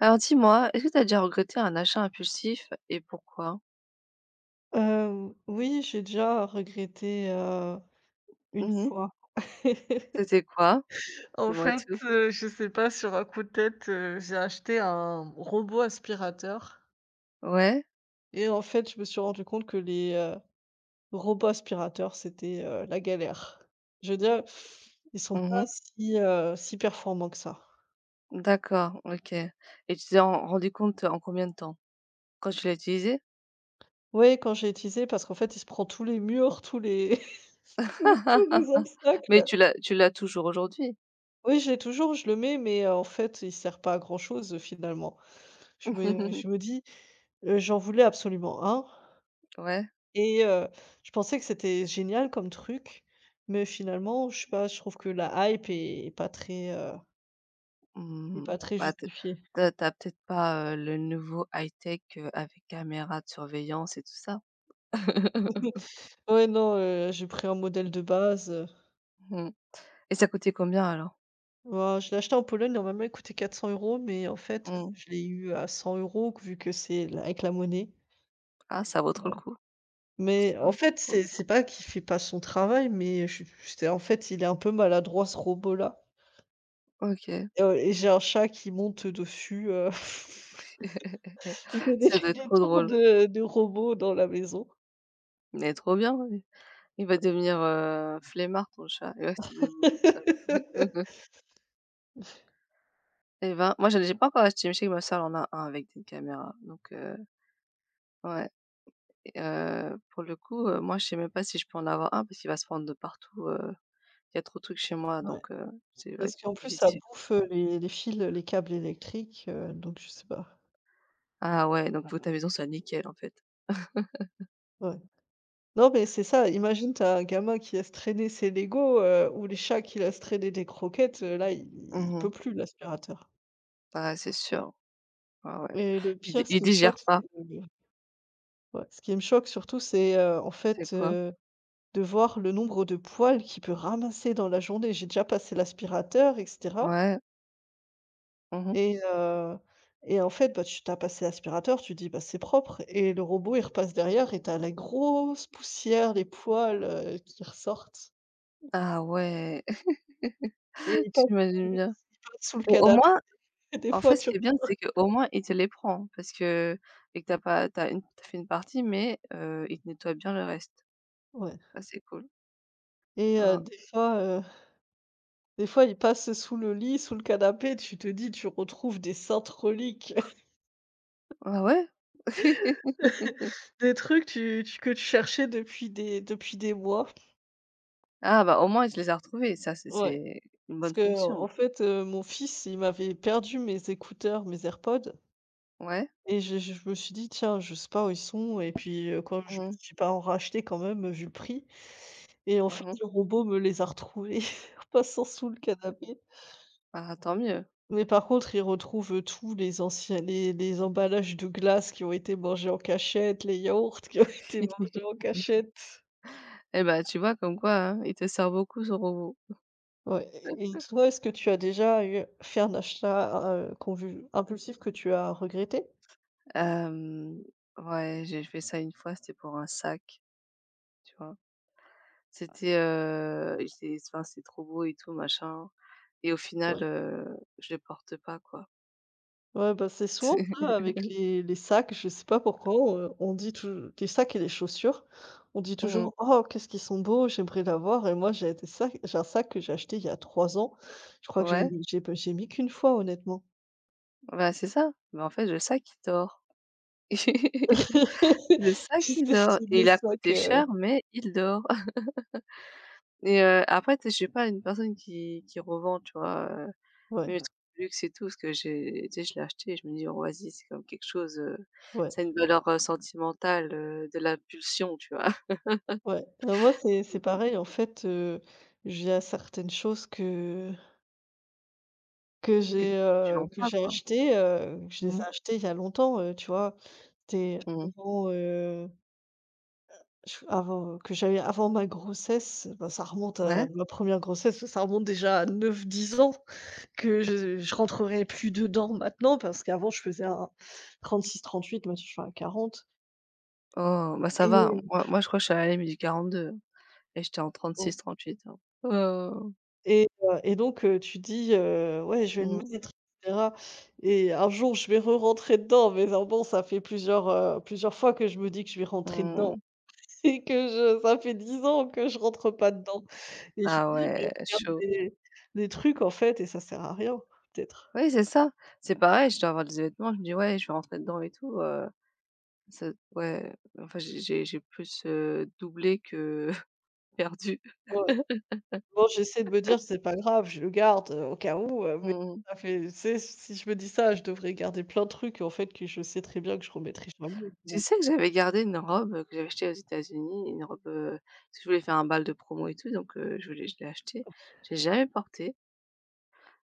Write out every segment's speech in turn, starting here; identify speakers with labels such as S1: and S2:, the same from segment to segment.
S1: Alors dis-moi, est-ce que tu as déjà regretté un achat impulsif et pourquoi?
S2: Oui, j'ai déjà regretté, une
S1: Mmh.
S2: fois.
S1: C'était quoi?
S2: En
S1: Dis-moi
S2: fait,
S1: tout.
S2: je sais pas, sur un coup de tête, j'ai acheté un robot aspirateur
S1: Ouais?
S2: et en fait, je me suis rendu compte que les robots aspirateurs, c'était la galère. Je veux dire, ils sont pas
S1: Mmh.
S2: si performants que ça.
S1: D'accord, OK, et tu t'es rendu compte en combien de temps? Quand tu l'as utilisé?
S2: Oui, quand j'ai utilisé parce qu'en fait, il se prend tous les murs, tous les tous les
S1: Mais
S2: obstacles.
S1: tu l'as toujours aujourd'hui?
S2: Oui, je l'ai toujours, je le mets, mais, en fait, il sert pas à grand chose, finalement. Je me dis, j'en voulais absolument un
S1: Ouais?
S2: et je pensais que c'était génial comme truc, mais finalement, je sais pas, je trouve que la hype est pas est
S1: Mmh,
S2: pas très
S1: bah, tu
S2: justifiée.
S1: peut-être pas, le nouveau high-tech, avec caméra de surveillance et tout ça?
S2: Ouais, non, j'ai pris un modèle de base,
S1: Mmh et ça coûtait combien alors?
S2: ouah, je l'ai acheté en Pologne, normalement, il coûtait 400 euros, mais en fait,
S1: Mmh.
S2: je l'ai eu à 100 € vu que c'est la avec la monnaie.
S1: Ah, ça vaut trop le
S2: Ouais.
S1: coup.
S2: Mais
S1: Ça
S2: en
S1: vaut
S2: fait,
S1: trop le
S2: c'est
S1: coup.
S2: pas qu'il fait pas son travail, mais je c'était en fait, il est un peu maladroit, ce robot-là.
S1: OK.
S2: Et j'ai un chat qui monte dessus, j'ai fait des
S1: Ça doit être
S2: des
S1: trop
S2: tours
S1: drôle.
S2: de robot dans la maison.
S1: Mais trop bien, ouais. Il va devenir, flemmard ton chat, il va rester debout comme ça. Et ben, moi j'ai pas encore acheté, mais je sais que ma soeur en a un avec des caméras, donc ouais. Et pour le coup, moi je sais même pas si je peux en avoir un parce qu'il va se prendre de partout, il y a trop de trucs chez moi,
S2: Ouais,
S1: donc c'est va
S2: parce
S1: être
S2: qu'en plus ça
S1: difficile.
S2: bouffe, les fils, les câbles électriques, donc je sais pas.
S1: Ah ouais, donc pour ta maison c'est nickel en fait.
S2: Ouais. Non mais c'est ça, imagine tu as un gamin qui laisse traîner ses Legos, ou les chats qui laissent traîner des croquettes, là il peut
S1: Mhm.
S2: plus l'aspirateur.
S1: Ah c'est sûr. Ah ouais.
S2: Et le
S1: Il di
S2: pire, ce
S1: il
S2: qui me choque,
S1: digère
S2: c'est
S1: pas,
S2: le ouais, ce qui me choque surtout, c'est, heu, en
S1: c'est
S2: fait,
S1: quoi?
S2: heu de voir le nombre de poils qu'il peut ramasser dans la journée. J'ai déjà passé l'aspirateur et cetera
S1: Ouais. Mmh.
S2: et heu et en fait, bah, tu t'as passé l'aspirateur, tu dis: «Bah, c'est propre» et le robot, il repasse derrière et t'as la grosse poussière, les poils qui ressortent
S1: Ah ouais,
S2: et il passe ils
S1: j'imagine bien.
S2: passent sous le
S1: Mais au
S2: canapé
S1: moins,
S2: des
S1: en
S2: fois,
S1: fait, ce
S2: tu
S1: qui est bien, c'est qu'au moins il te les prend parce que et que t'as pas t'as, as une tu fait une partie, mais il te nettoie bien le reste.
S2: ouais
S1: Ça, c'est cool.
S2: et heu,
S1: Hein.
S2: des fois, heu, des fois, il passe sous le lit, sous le canapé, tu te dis: «Tu retrouves des saintes reliques»,
S1: Ah ouais?
S2: des trucs tu tu que tu cherchais depuis des mois.
S1: Ah bah, au moins il te les a retrouvés, ça c'est
S2: Ouais.
S1: c'est une
S2: Parce
S1: bonne
S2: que en
S1: fonction.
S2: fait, mon fils, il m'avait perdu mes écouteurs, mes AirPods
S1: Ouais.
S2: et je me suis dit: «Tiens, je sais pas où ils sont» et puis, comme je me
S1: Mmh.
S2: suis pas en racheter quand même, vu le prix et en
S1: Bah,
S2: fait,
S1: bon.
S2: le robot me les a retrouvés en passant sous le canapé.
S1: Ah, tant mieux.
S2: Mais par contre, il retrouve, tous les anciens les emballages de glace qui ont été mangés en cachette, les yaourts qui ont été mangés en cachette.
S1: Eh ben, tu vois comme quoi, hein, il te sert beaucoup ce robot.
S2: Ouais et toi, est-ce que tu as déjà eu fait un achat, convu impulsif que tu as regretté?
S1: Hem, ouais, j'ai fait ça une fois, c'était pour un sac, tu vois? C'était, j'étais, enfin, c'était trop beau et tout machin, et au final,
S2: Ouais.
S1: je les porte pas, quoi.
S2: Ouais, bah, c'est souvent ça avec les sacs, je sais pas pourquoi, on dit tou les sacs et les chaussures, on dit
S1: Mmh.
S2: toujours: «Oh, qu'est-ce qu'ils sont beaux, j'aimerais l'avoir» et moi j'ai des sacs j'ai un sac que j'ai acheté il y a 3 ans, je crois que j'ai
S1: Ouais,
S2: mis j'ai pas j'ai mis qu'une fois honnêtement.
S1: bah, c'est ça. Mais en fait, le sac, il dort. Le sac,
S2: Tu
S1: il
S2: sais,
S1: dort
S2: c'est
S1: et
S2: des
S1: il a
S2: sacs,
S1: coûté
S2: heu
S1: cher, mais il dort et après, tu sais, je suis pas une personne qui revend, tu vois, mais
S2: Ouais,
S1: mes trucs de luxe et tout, ce que j'ai, tu sais, je l'ai acheté et je me dis: «Oh vas-y, c'est comme quelque chose,
S2: ouais,
S1: ça a une valeur, sentimentale, de la pulsion», tu vois?
S2: ouais. Moi c'est pareil en fait, j'ai certaines choses que
S1: Que
S2: j'ai,
S1: tu vends
S2: que
S1: pas,
S2: j'ai
S1: quoi.
S2: achetées, je
S1: Mmh
S2: les ai
S1: mh.
S2: achetées il y a longtemps, tu vois? C'était
S1: Mmh.
S2: avant, je avant, que j'avais avant ma grossesse, ben ça remonte à
S1: Ouais.
S2: ma première grossesse, ça remonte déjà à 9-10 ans que je rentrerai plus dedans maintenant parce qu'avant je faisais un 36-38, maintenant je fais un 40
S1: Oh, bah, ça va.
S2: et
S1: Moi, je crois que je suis à la limite du 42. Et j'étais en
S2: bon
S1: 36-38 ans. Oh!
S2: et donc tu dis, «Ouais, je vais le
S1: Mmh,
S2: mettre et cetera et un jour je vais re-rentrer dedans», mais alors bon, ça fait plusieurs fois que je me dis que je vais rentrer dedans.
S1: mmh.
S2: C'est que je ça fait 10 ans que je rentre pas dedans et je
S1: Ah
S2: me dis: «Beh,
S1: ouais,
S2: je garde
S1: chaud.
S2: des trucs, en fait et ça sert à rien, peut-être».
S1: Oui, c'est ça. C'est pareil, je dois avoir des vêtements, je me dis: «Ouais, je vais rentrer dedans et tout», ça ouais, enfin, j'ai plus, doublé que perdu.
S2: Ouais. Bon, j'essaie de me dire: «C'est pas grave, je le garde, au cas où», mais
S1: Mmh
S2: ça fait tu sais, si je me dis ça, je devrais garder plein de trucs, en fait, que je sais très bien que je remettrai jamais.
S1: Tu
S2: Bon,
S1: sais que j'avais gardé une robe que j'avais achetée aux États-Unis, une robe, parce que je voulais faire un bal de promo et tout, donc je l'ai achetée. Je l'ai jamais portée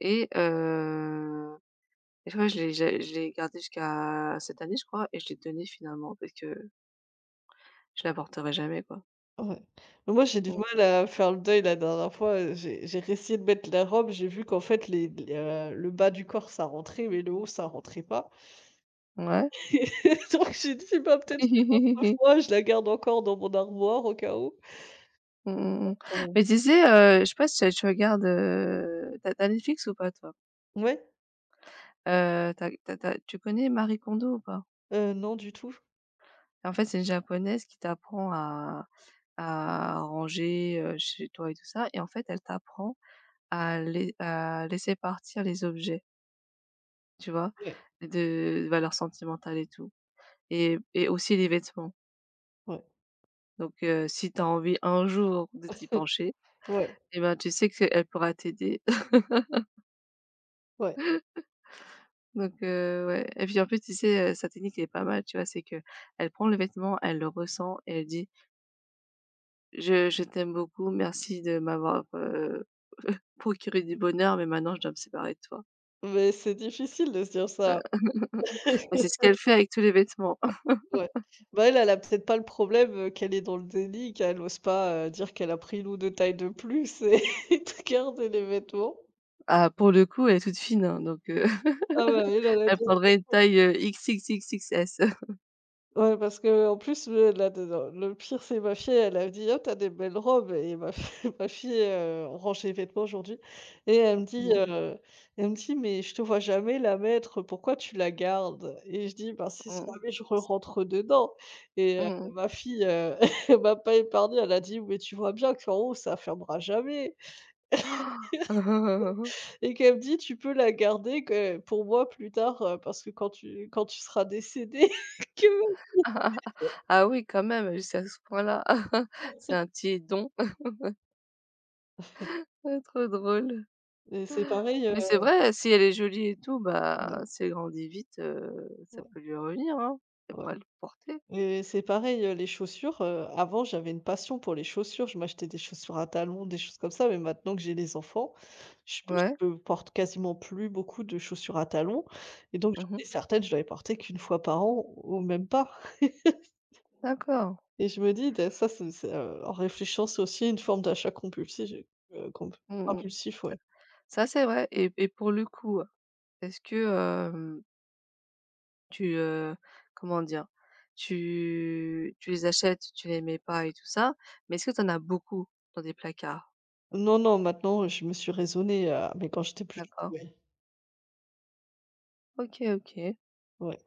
S1: et heu Et tu vois, je l'ai gardé jusqu'à cette année, je crois, et je l'ai donné finalement parce que je l'apporterai jamais, quoi.
S2: ouais. Mais moi, j'ai du
S1: Mmh,
S2: mal à faire le deuil. La dernière fois, j'ai réessayé de mettre la robe, j'ai vu qu'en fait, le bas du corps, ça rentrait, mais le haut, ça rentrait pas.
S1: ouais.
S2: Et donc j'ai dit: «Bah, peut-être parfois, je la garde encore dans mon armoire au cas où.
S1: Mmh mh, mmh.
S2: Trop».
S1: Mais tu sais, je sais pas si tu regardes, tu as Netflix ou pas toi?
S2: Ouais,
S1: Tu as tu connais Marie Kondo ou pas?
S2: non du tout.
S1: En fait, c'est une japonaise qui t'apprend à ranger, chez toi et tout ça, et en fait, elle t'apprend à laisser partir les objets, tu vois?
S2: Ouais.
S1: De valeur sentimentale et tout, et aussi les vêtements.
S2: Ouais.
S1: Donc si tu as envie un jour de t'y pencher,
S2: Ouais,
S1: eh ben, tu sais qu'elle pourra t'aider.
S2: ouais.
S1: Donc ouais, et puis en plus, tu sais, sa technique elle est pas mal, tu vois? C'est que elle prend le vêtement, elle le ressent et elle dit: «Je t'aime beaucoup, merci de m'avoir, procuré du bonheur, mais maintenant je dois me séparer de toi».
S2: Mais c'est difficile de se dire ça.
S1: Bah, c'est ce qu'elle fait avec tous les vêtements.
S2: Ouais. Bah, elle, elle a peut-être pas le problème, qu'elle est dans le déni, qu'elle ose pas, dire qu'elle a pris 1 ou 2 tailles de plus et et de garder les vêtements.
S1: Ah, pour le coup, elle est toute fine, hein, donc
S2: Ah bah elle, elle a
S1: elle
S2: bien
S1: prendrait une taille, XXXXS.
S2: ouais, parce que en plus, le la de le pire, c'est ma fille, elle a dit: «Oh, t'as des belles robes» et ma fi ma fille, on range les vêtements aujourd'hui et elle me dit,
S1: Mmh.
S2: mmh, elle me dit: «Mais je te vois jamais la mettre, pourquoi tu la gardes?» et je dis: «Bah, si
S1: Mmh.
S2: jamais je rentre dedans» et
S1: Mmh.
S2: ma fille, elle m'a pas épargnée, elle a dit: «Mais tu vois bien qu'en haut, ça fermera jamais» et qu'elle me dit: «Tu peux la garder que pour moi plus tard, parce que quand tu seras décédée que»
S1: Ah oui, quand même, jusqu'à ce point-là. C'est un petit don. Ah, trop drôle.
S2: et c'est pareil,
S1: Mais c'est vrai, si elle est jolie et tout, bah, si elle grandit vite, ça
S2: ouais,
S1: peut lui revenir, hein. Elle
S2: ouais.
S1: pourrait le porter.
S2: Et c'est pareil, les chaussures, avant j'avais une passion pour les chaussures, je m'achetais des chaussures à talons, des choses comme ça, mais maintenant que j'ai les enfants, je peux je
S1: Ouais.
S2: peux porte quasiment plus beaucoup de chaussures à talons et donc j'en
S1: Mmh.
S2: ai certaines, je dois les porter qu'une fois par an ou même pas
S1: D'accord.
S2: et je me dis ben, ça c'est en réfléchissant, c'est aussi une forme d'achat compulsif, comp
S1: Mmh
S2: impulsif,
S1: Ça
S2: ouais.
S1: ça, c'est vrai, et pour le coup, est-ce que, hem, tu, heu, comment dire? Tu les achètes, tu les mets pas et tout ça, mais est-ce que tu en as beaucoup dans des placards?
S2: Non, non, maintenant, je me suis raisonnée, mais quand j'étais plus
S1: D'accord.
S2: jeune, ouais,
S1: OK, OK.
S2: ouais.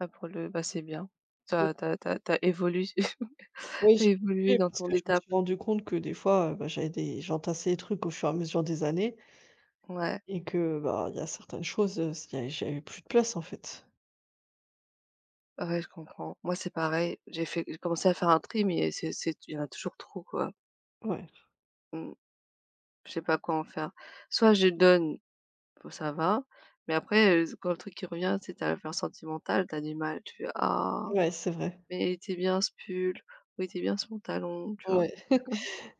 S1: Ah pour le bah, c'est bien. T'as évolué
S2: Oui,
S1: t'as
S2: j'ai
S1: évolué
S2: vu
S1: dans
S2: parce
S1: ton
S2: que je me
S1: étape.
S2: suis rendu compte que des fois, bah, j'avais des j'entassais les trucs au fur et à mesure des années
S1: Ouais,
S2: et que, bah, il y a certaines choses, s il y a j'avais plus de place, en fait.
S1: ouais, je comprends. Moi, c'est pareil, j'ai commencé à faire un tri, mais c'est il y en a toujours trop, quoi.
S2: Ouais,
S1: Mmh, je sais pas quoi en faire. Soit je donne, bon ça va, mais après, quand le truc, il revient, c'est sais, tu as l'affaire sentimentale, tu du mal. Tu fais: «Ah,
S2: ouais, c'est vrai.
S1: mais il était bien ce pull, ou il était bien ce pantalon», tu vois?
S2: Ouais.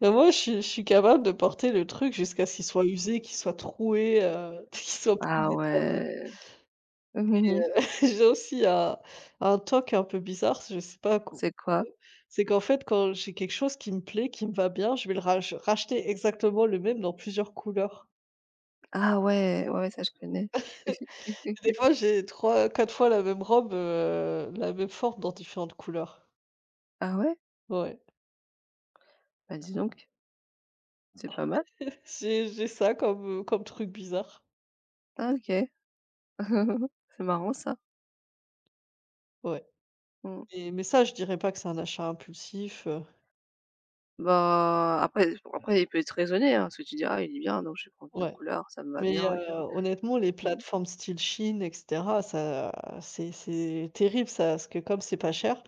S2: Bah, moi, je suis capable de porter le truc jusqu'à ce qu'il soit usé, qu'il soit troué, qu'il soit plus
S1: Ah
S2: mettable
S1: ouais.
S2: et j'ai aussi un toc un peu bizarre, je sais pas co
S1: C'est quoi?
S2: c'est qu'en fait, quand j'ai quelque chose qui me plaît, qui me va bien, je vais le rach racheter exactement le même dans plusieurs couleurs.
S1: Ah ouais, ouais, ouais, ça je connais.
S2: Des fois, j'ai trois, quatre fois la même robe, la même forme dans différentes couleurs.
S1: Ah ouais?
S2: Ouais.
S1: Bah, dis donc, c'est pas mal.
S2: J'ai ça comme, comme truc bizarre.
S1: Ah OK. C'est marrant ça.
S2: Ouais.
S1: Mmh.
S2: Et mais ça, je dirais pas que c'est un achat impulsif,
S1: Bah, après bon, après il peut être raisonné, hein, parce que tu dis: «Ah il est bien, donc je vais prendre plusieurs
S2: ouais.
S1: couleurs, ça me va
S2: Mais,
S1: bien et tout».
S2: honnêtement, les
S1: Mmh.
S2: plateformes style Shein et cetera, ça c'est terrible ça, parce que comme c'est pas cher,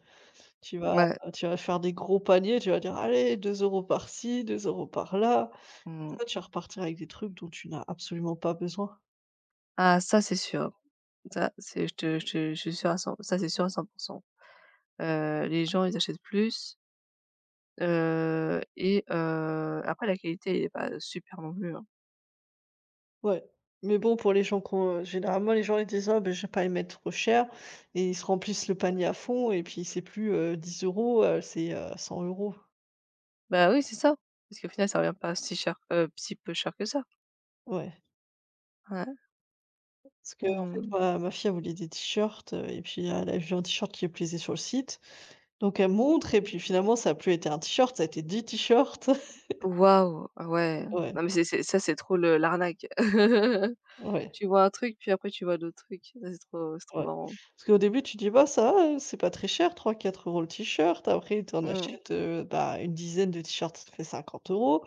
S2: tu vas
S1: Ouais,
S2: tu vas faire des gros paniers, tu vas dire: «Allez, 2 € par-ci, 2 € par-là».
S1: mmh.
S2: En fait, tu vas repartir avec des trucs dont tu n'as absolument pas besoin.
S1: Ah ça c'est sûr. Ça c'est je suis sûr à 100, ça c'est sûr à 100. Les gens ils achètent plus, et après la qualité elle est pas super non plus, hein.
S2: Ouais, mais bon, pour les gens qui ont, généralement, les gens, ils disent: «Ah, ben je vais pas les mettre trop cher» et ils se remplissent le panier à fond et puis c'est plus, 10 €, c'est 100 €.
S1: Bah oui, c'est ça, parce qu'au final ça revient pas si cher, si peu cher que ça.
S2: Ouais.
S1: Ouais.
S2: Parce qu'en fait,
S1: Mmh.
S2: ma fille, elle voulait des t-shirts, et puis elle a vu un t-shirt qui lui plaisait sur le site, donc elle montre et puis finalement, ça a plus été un t-shirt, ça a été 10 t-shirts.
S1: Waouh! Ah ouais.
S2: Ouais,
S1: Non mais c'est ça, c'est trop le l'arnaque.
S2: ouais,
S1: Tu vois un truc, puis après tu vois d'autres trucs. Ça, c'est trop
S2: ouais.
S1: marrant.
S2: Parce qu'au début, tu dis: «Bah, ça va, c'est pas très cher, 3-4 € le t-shirt». Après, tu en
S1: Mmh.
S2: achètes, bah, une dizaine de t-shirts, ça fait 50 €.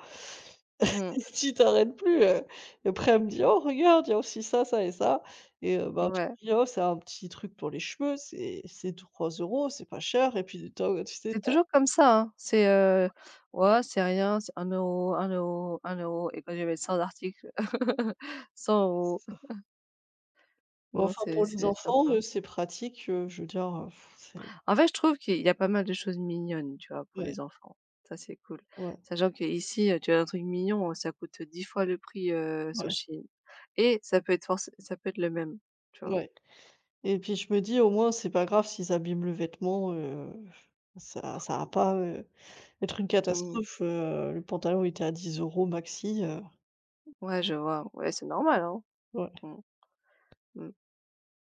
S1: Mmh.
S2: Tu t'arrêtes plus, heu, et après elle me dit: «Oh regarde, il y a aussi ça, ça et ça» et bah, tu
S1: Ouais.
S2: te dis: «Oh, c'est un petit truc pour les cheveux, c'est 3 euros, c'est pas cher» et puis tu as tu sais,
S1: C'est
S2: tu
S1: toujours comme ça, hein. C'est, «Ouais, c'est rien, c'est un euro, un euro, un euro, et quand je vais 100 articles, 100
S2: c'est
S1: euros».
S2: ça. Bah,
S1: Non,
S2: enfin
S1: c'est
S2: pour les
S1: c'est
S2: enfants,
S1: sympa.
S2: c'est pratique, je veux dire, c'est
S1: En fait, je trouve qu'il y a pas mal de choses mignonnes, tu vois, pour
S2: ouais,
S1: les enfants. Ça, c'est cool.
S2: ouais,
S1: Sachant qu'ici, tu as un truc mignon, ça coûte 10 fois le prix, sur
S2: ouais,
S1: Chine, et ça peut être le même, tu vois?
S2: ouais et puis je me dis: «Au moins c'est pas grave s'ils abîment le vêtement, ça ça va pas, être une
S1: Mmh.
S2: catastrophe, le pantalon était à 10 € maxi»,
S1: Ouais, je vois. Ouais, c'est normal, hein.
S2: ouais.
S1: Mmh. Mmh.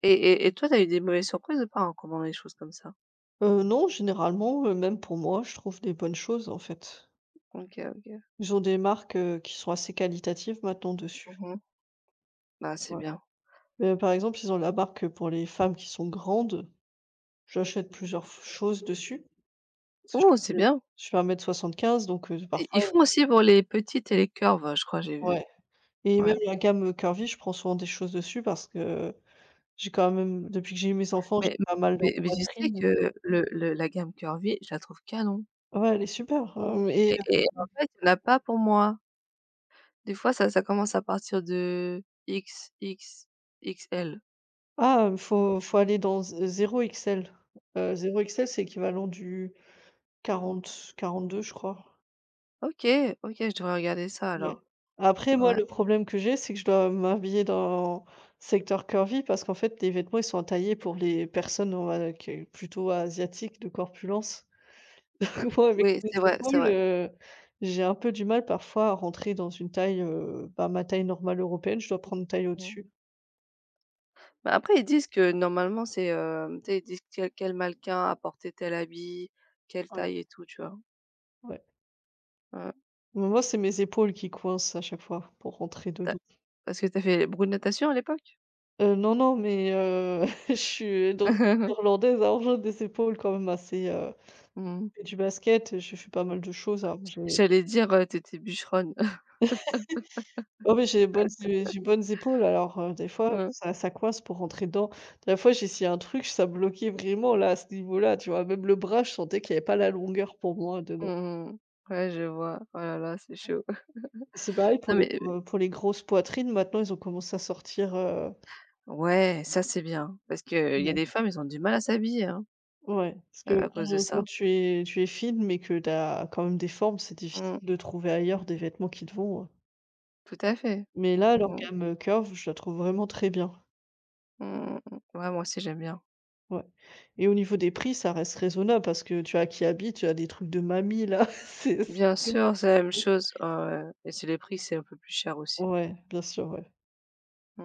S1: Et toi, t'as eu des mauvaises surprises ou pas en commandant des choses comme ça?
S2: Non, généralement, même pour moi, je trouve des bonnes choses, en fait.
S1: OK, OK.
S2: Ils ont des marques, qui sont assez qualitatives maintenant dessus.
S1: Mmh Bah, c'est
S2: Ouais.
S1: bien.
S2: Par exemple, ils ont la marque, pour les femmes qui sont grandes. J'achète plusieurs f choses dessus. Parce que je
S1: Oh, c'est
S2: fais
S1: bien.
S2: je fais 1 m 75 donc
S1: Ils
S2: parfois
S1: ils font aussi pour les petites et les curves, je crois, j'ai vu.
S2: ouais et
S1: Ouais.
S2: même la gamme, curvy, je prends souvent des choses dessus parce que j'ai quand même depuis que j'ai eu mes enfants, j'ai
S1: Mais
S2: pas mal dans
S1: mais tu sais
S2: poitrine.
S1: que le la gamme curvy, je la trouve canon,
S2: Ouais, elle est super, hem et
S1: et en
S2: hem
S1: fait, il n'y en a pas pour moi. Des fois, ça commence à partir de XXXL.
S2: ah, faut aller dans z 0 XL. 0 XL, c'est équivalent du 40-42 je crois.
S1: OK, OK, je devrais regarder ça
S2: Ouais.
S1: alors.
S2: Après, moi,
S1: Ouais.
S2: le problème que j'ai, c'est que je dois m'habiller dans secteur curvy parce qu'en fait, les vêtements, ils sont taillés pour les personnes, on va que plutôt asiatiques, de corpulence. Moi, avec
S1: Oui,
S2: mes
S1: c'est vrai, c'est
S2: épaules,
S1: vrai.
S2: j'ai un peu du mal parfois à rentrer dans une taille, bah, ma taille normale européenne, je dois prendre une taille
S1: Mmh.
S2: au-dessus.
S1: Bah, après, ils disent que normalement, c'est, tu sais, ils disent quel mannequin a porté tel habit, quelle
S2: Ouais,
S1: taille et tout, tu vois?
S2: ouais.
S1: Heu,
S2: Mais moi, c'est mes épaules qui coincent à chaque fois pour rentrer
S1: tu
S2: dedans.
S1: parce que t'as fait brune natation à l'époque?
S2: Non, non, je suis d'origine irlandaise, alors j'ai des épaules quand même assez,
S1: Mmh.
S2: fais du basket, je fais pas mal de choses, alors j'ai
S1: J'allais dire, tu bûcheronne.
S2: oh oui, j'ai les bonnes é j'ai bonnes épaules, alors, des fois,
S1: Mmh.
S2: ça coince pour rentrer dedans. La fois, j'ai essayé un truc, ça bloquait vraiment là, à ce niveau-là, tu vois? Même le bras, je sentais qu'il y avait pas la longueur pour moi dedans.
S1: Mmh. Ouais, je vois. Oh là là, c'est chaud.
S2: C'est pareil
S1: Non mais
S2: pour les grosses poitrines, maintenant, ils ont commencé à sortir,
S1: ouais, ça, c'est bien parce que il y a
S2: ouais,
S1: des femmes, ils ont du mal à s'habiller, hein,
S2: ouais, parce que
S1: à cause de
S2: quand quand
S1: ça.
S2: tu es tu es fine, mais que tu as quand même des formes, c'est
S1: Mmh.
S2: difficile de trouver ailleurs des vêtements qui te vont,
S1: Tout à fait.
S2: mais là, leur
S1: Mmh.
S2: gamme, Curve, je la trouve vraiment très bien.
S1: Mmh mmh. Ouais, moi aussi, j'aime bien.
S2: Ouais et au niveau des prix, ça reste raisonnable parce que tu as Kiabi, tu as des trucs de mamie là, c'est
S1: Bien
S2: vraiment
S1: sûr, c'est la même chose. Ouais, ouais, et c'est les prix, c'est un peu plus cher aussi.
S2: ouais, bien sûr, ouais.
S1: Mmh.